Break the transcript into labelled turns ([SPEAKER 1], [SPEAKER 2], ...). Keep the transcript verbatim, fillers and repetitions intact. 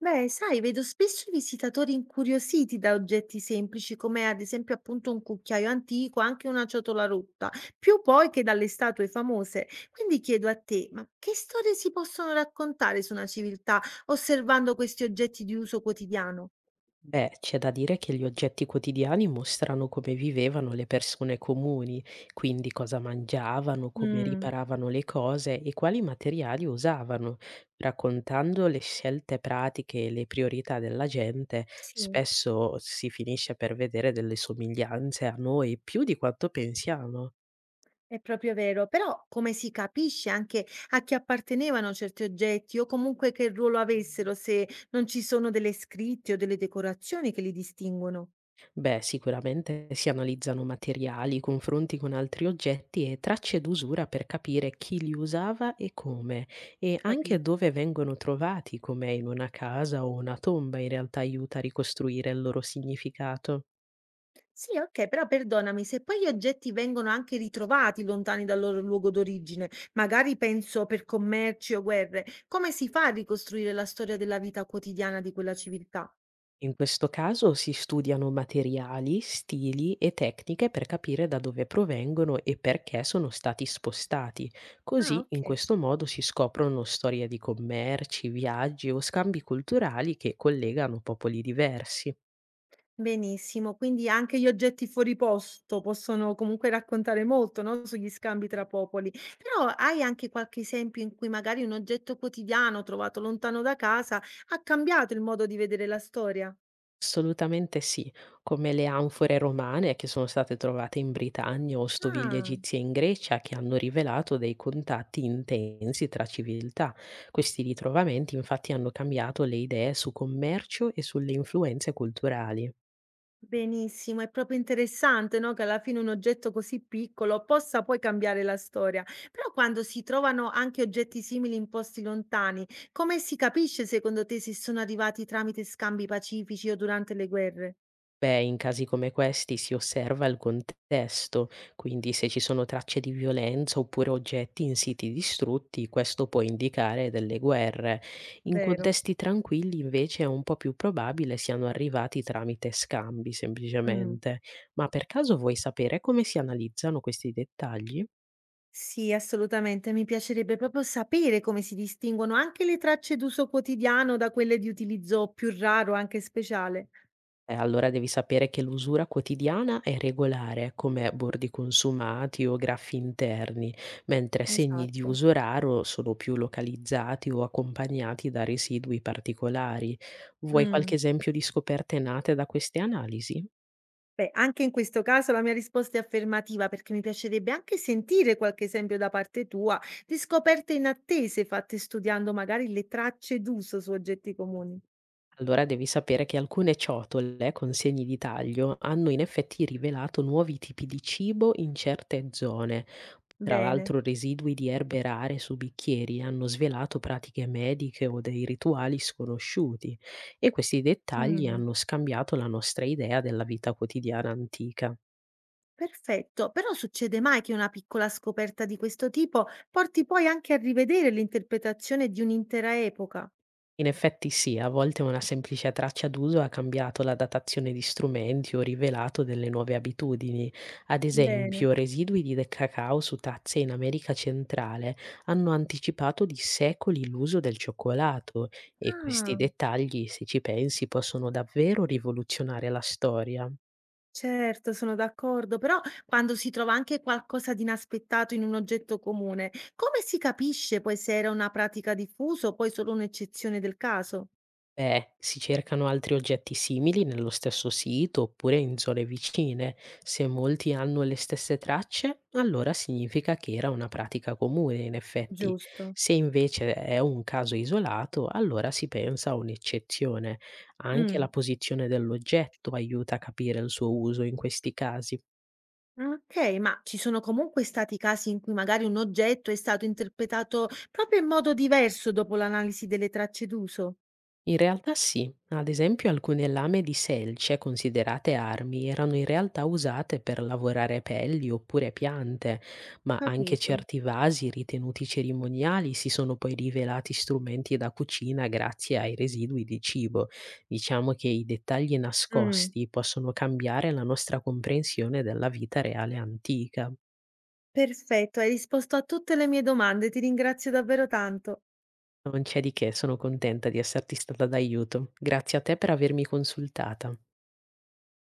[SPEAKER 1] Beh, sai, vedo spesso i visitatori incuriositi da oggetti semplici, come ad esempio appunto un cucchiaio antico, anche una ciotola rotta, più poi che dalle statue famose. Quindi chiedo a te, ma che storie si possono raccontare su una civiltà osservando questi oggetti di uso quotidiano?
[SPEAKER 2] Beh, c'è da dire che gli oggetti quotidiani mostrano come vivevano le persone comuni, quindi cosa mangiavano, come
[SPEAKER 1] Mm,
[SPEAKER 2] riparavano le cose e quali materiali usavano. Raccontando le scelte pratiche e le priorità della gente,
[SPEAKER 1] sì.
[SPEAKER 2] spesso si finisce per vedere delle somiglianze a noi più di quanto pensiamo.
[SPEAKER 1] È proprio vero, però come si capisce anche a chi appartenevano certi oggetti o comunque che ruolo avessero se non ci sono delle scritte o delle decorazioni che li distinguono?
[SPEAKER 2] Beh, sicuramente si analizzano materiali, confronti con altri oggetti e tracce d'usura per capire chi li usava e come, e
[SPEAKER 1] Capito?
[SPEAKER 2] anche dove vengono trovati, come in una casa o una tomba, in realtà aiuta a ricostruire il loro significato.
[SPEAKER 1] Sì, okay, però perdonami, se poi gli oggetti vengono anche ritrovati lontani dal loro luogo d'origine, magari penso per commerci o guerre, come si fa a ricostruire la storia della vita quotidiana di quella civiltà?
[SPEAKER 2] In questo caso si studiano materiali, stili e tecniche per capire da dove provengono e perché sono stati spostati.
[SPEAKER 1] Ah,
[SPEAKER 2] Così, in
[SPEAKER 1] okay,
[SPEAKER 2] questo modo, si scoprono storie di commerci, viaggi o scambi culturali che collegano popoli diversi.
[SPEAKER 1] benissimo. Quindi anche gli oggetti fuori posto possono comunque raccontare molto, no, sugli scambi tra popoli. Però hai anche qualche esempio in cui magari un oggetto quotidiano trovato lontano da casa ha cambiato il modo di vedere la storia?
[SPEAKER 2] Assolutamente sì, come le anfore romane che sono state trovate in Britannia o stoviglie
[SPEAKER 1] Ah.
[SPEAKER 2] egizie in Grecia che hanno rivelato dei contatti intensi tra civiltà. Questi ritrovamenti infatti hanno cambiato le idee su commercio e sulle influenze culturali.
[SPEAKER 1] Benissimo, è proprio interessante, no, che alla fine un oggetto così piccolo possa poi cambiare la storia. Però quando si trovano anche oggetti simili in posti lontani, come si capisce secondo te se sono arrivati tramite scambi pacifici o durante le guerre?
[SPEAKER 2] Beh, in casi come questi si osserva il contesto, quindi se ci sono tracce di violenza oppure oggetti in siti distrutti, questo può indicare delle guerre. In
[SPEAKER 1] Vero?
[SPEAKER 2] contesti tranquilli, invece, è un po' più probabile siano arrivati tramite scambi,
[SPEAKER 1] Mm.
[SPEAKER 2] semplicemente. Ma per caso vuoi sapere come si analizzano questi dettagli?
[SPEAKER 1] Sì, assolutamente. Mi piacerebbe proprio sapere come si distinguono anche le tracce d'uso quotidiano da quelle di utilizzo più raro, anche speciale.
[SPEAKER 2] Eh, allora devi sapere che l'usura quotidiana è regolare, come bordi consumati o graffi interni, mentre segni di
[SPEAKER 1] Esatto.
[SPEAKER 2] uso raro sono più localizzati o accompagnati da residui particolari. Vuoi qualche
[SPEAKER 1] Mm.
[SPEAKER 2] esempio di scoperte nate da queste analisi?
[SPEAKER 1] Beh, anche in questo caso la mia risposta è affermativa perché mi piacerebbe anche sentire qualche esempio da parte tua di scoperte inattese fatte studiando magari le tracce d'uso su oggetti comuni.
[SPEAKER 2] Allora devi sapere che alcune ciotole con segni di taglio hanno in effetti rivelato nuovi tipi di cibo in certe zone. Tra
[SPEAKER 1] Bene.
[SPEAKER 2] l'altro residui di erbe rare su bicchieri hanno svelato pratiche mediche o dei rituali sconosciuti e questi dettagli
[SPEAKER 1] Mm,
[SPEAKER 2] hanno scambiato la nostra idea della vita quotidiana antica.
[SPEAKER 1] perfetto, però succede mai che una piccola scoperta di questo tipo porti poi anche a rivedere l'interpretazione di un'intera epoca?
[SPEAKER 2] In effetti sì, a volte una semplice traccia d'uso ha cambiato la datazione di strumenti o rivelato delle nuove abitudini. Ad
[SPEAKER 1] Bene.
[SPEAKER 2] esempio, residui di de- cacao su tazze in America centrale hanno anticipato di secoli l'uso del cioccolato e questi
[SPEAKER 1] Ah.
[SPEAKER 2] dettagli, se ci pensi, possono davvero rivoluzionare la storia.
[SPEAKER 1] Certo, sono d'accordo, però quando si trova anche qualcosa di inaspettato in un oggetto comune, come si capisce poi se era una pratica diffusa o poi solo un'eccezione del caso?
[SPEAKER 2] Beh, si cercano altri oggetti simili nello stesso sito oppure in zone vicine. Se molti hanno le stesse tracce, allora significa che era una pratica comune, in effetti.
[SPEAKER 1] Giusto.
[SPEAKER 2] Se invece è un caso isolato, allora si pensa a un'eccezione. Anche la
[SPEAKER 1] Mm.
[SPEAKER 2] posizione dell'oggetto aiuta a capire il suo uso in questi casi.
[SPEAKER 1] Ok, ma ci sono comunque stati casi in cui magari un oggetto è stato interpretato proprio in modo diverso dopo l'analisi delle tracce d'uso?
[SPEAKER 2] In realtà sì, ad esempio alcune lame di selce, considerate armi, erano in realtà usate per lavorare pelli oppure piante, ma anche
[SPEAKER 1] Capito.
[SPEAKER 2] certi vasi ritenuti cerimoniali si sono poi rivelati strumenti da cucina grazie ai residui di cibo. Diciamo che i dettagli
[SPEAKER 1] Mm.
[SPEAKER 2] nascosti possono cambiare la nostra comprensione della vita reale antica.
[SPEAKER 1] Perfetto, hai risposto a tutte le mie domande, ti ringrazio davvero tanto.
[SPEAKER 2] Non c'è di che, sono contenta di esserti stata d'aiuto. Grazie a te per avermi consultata.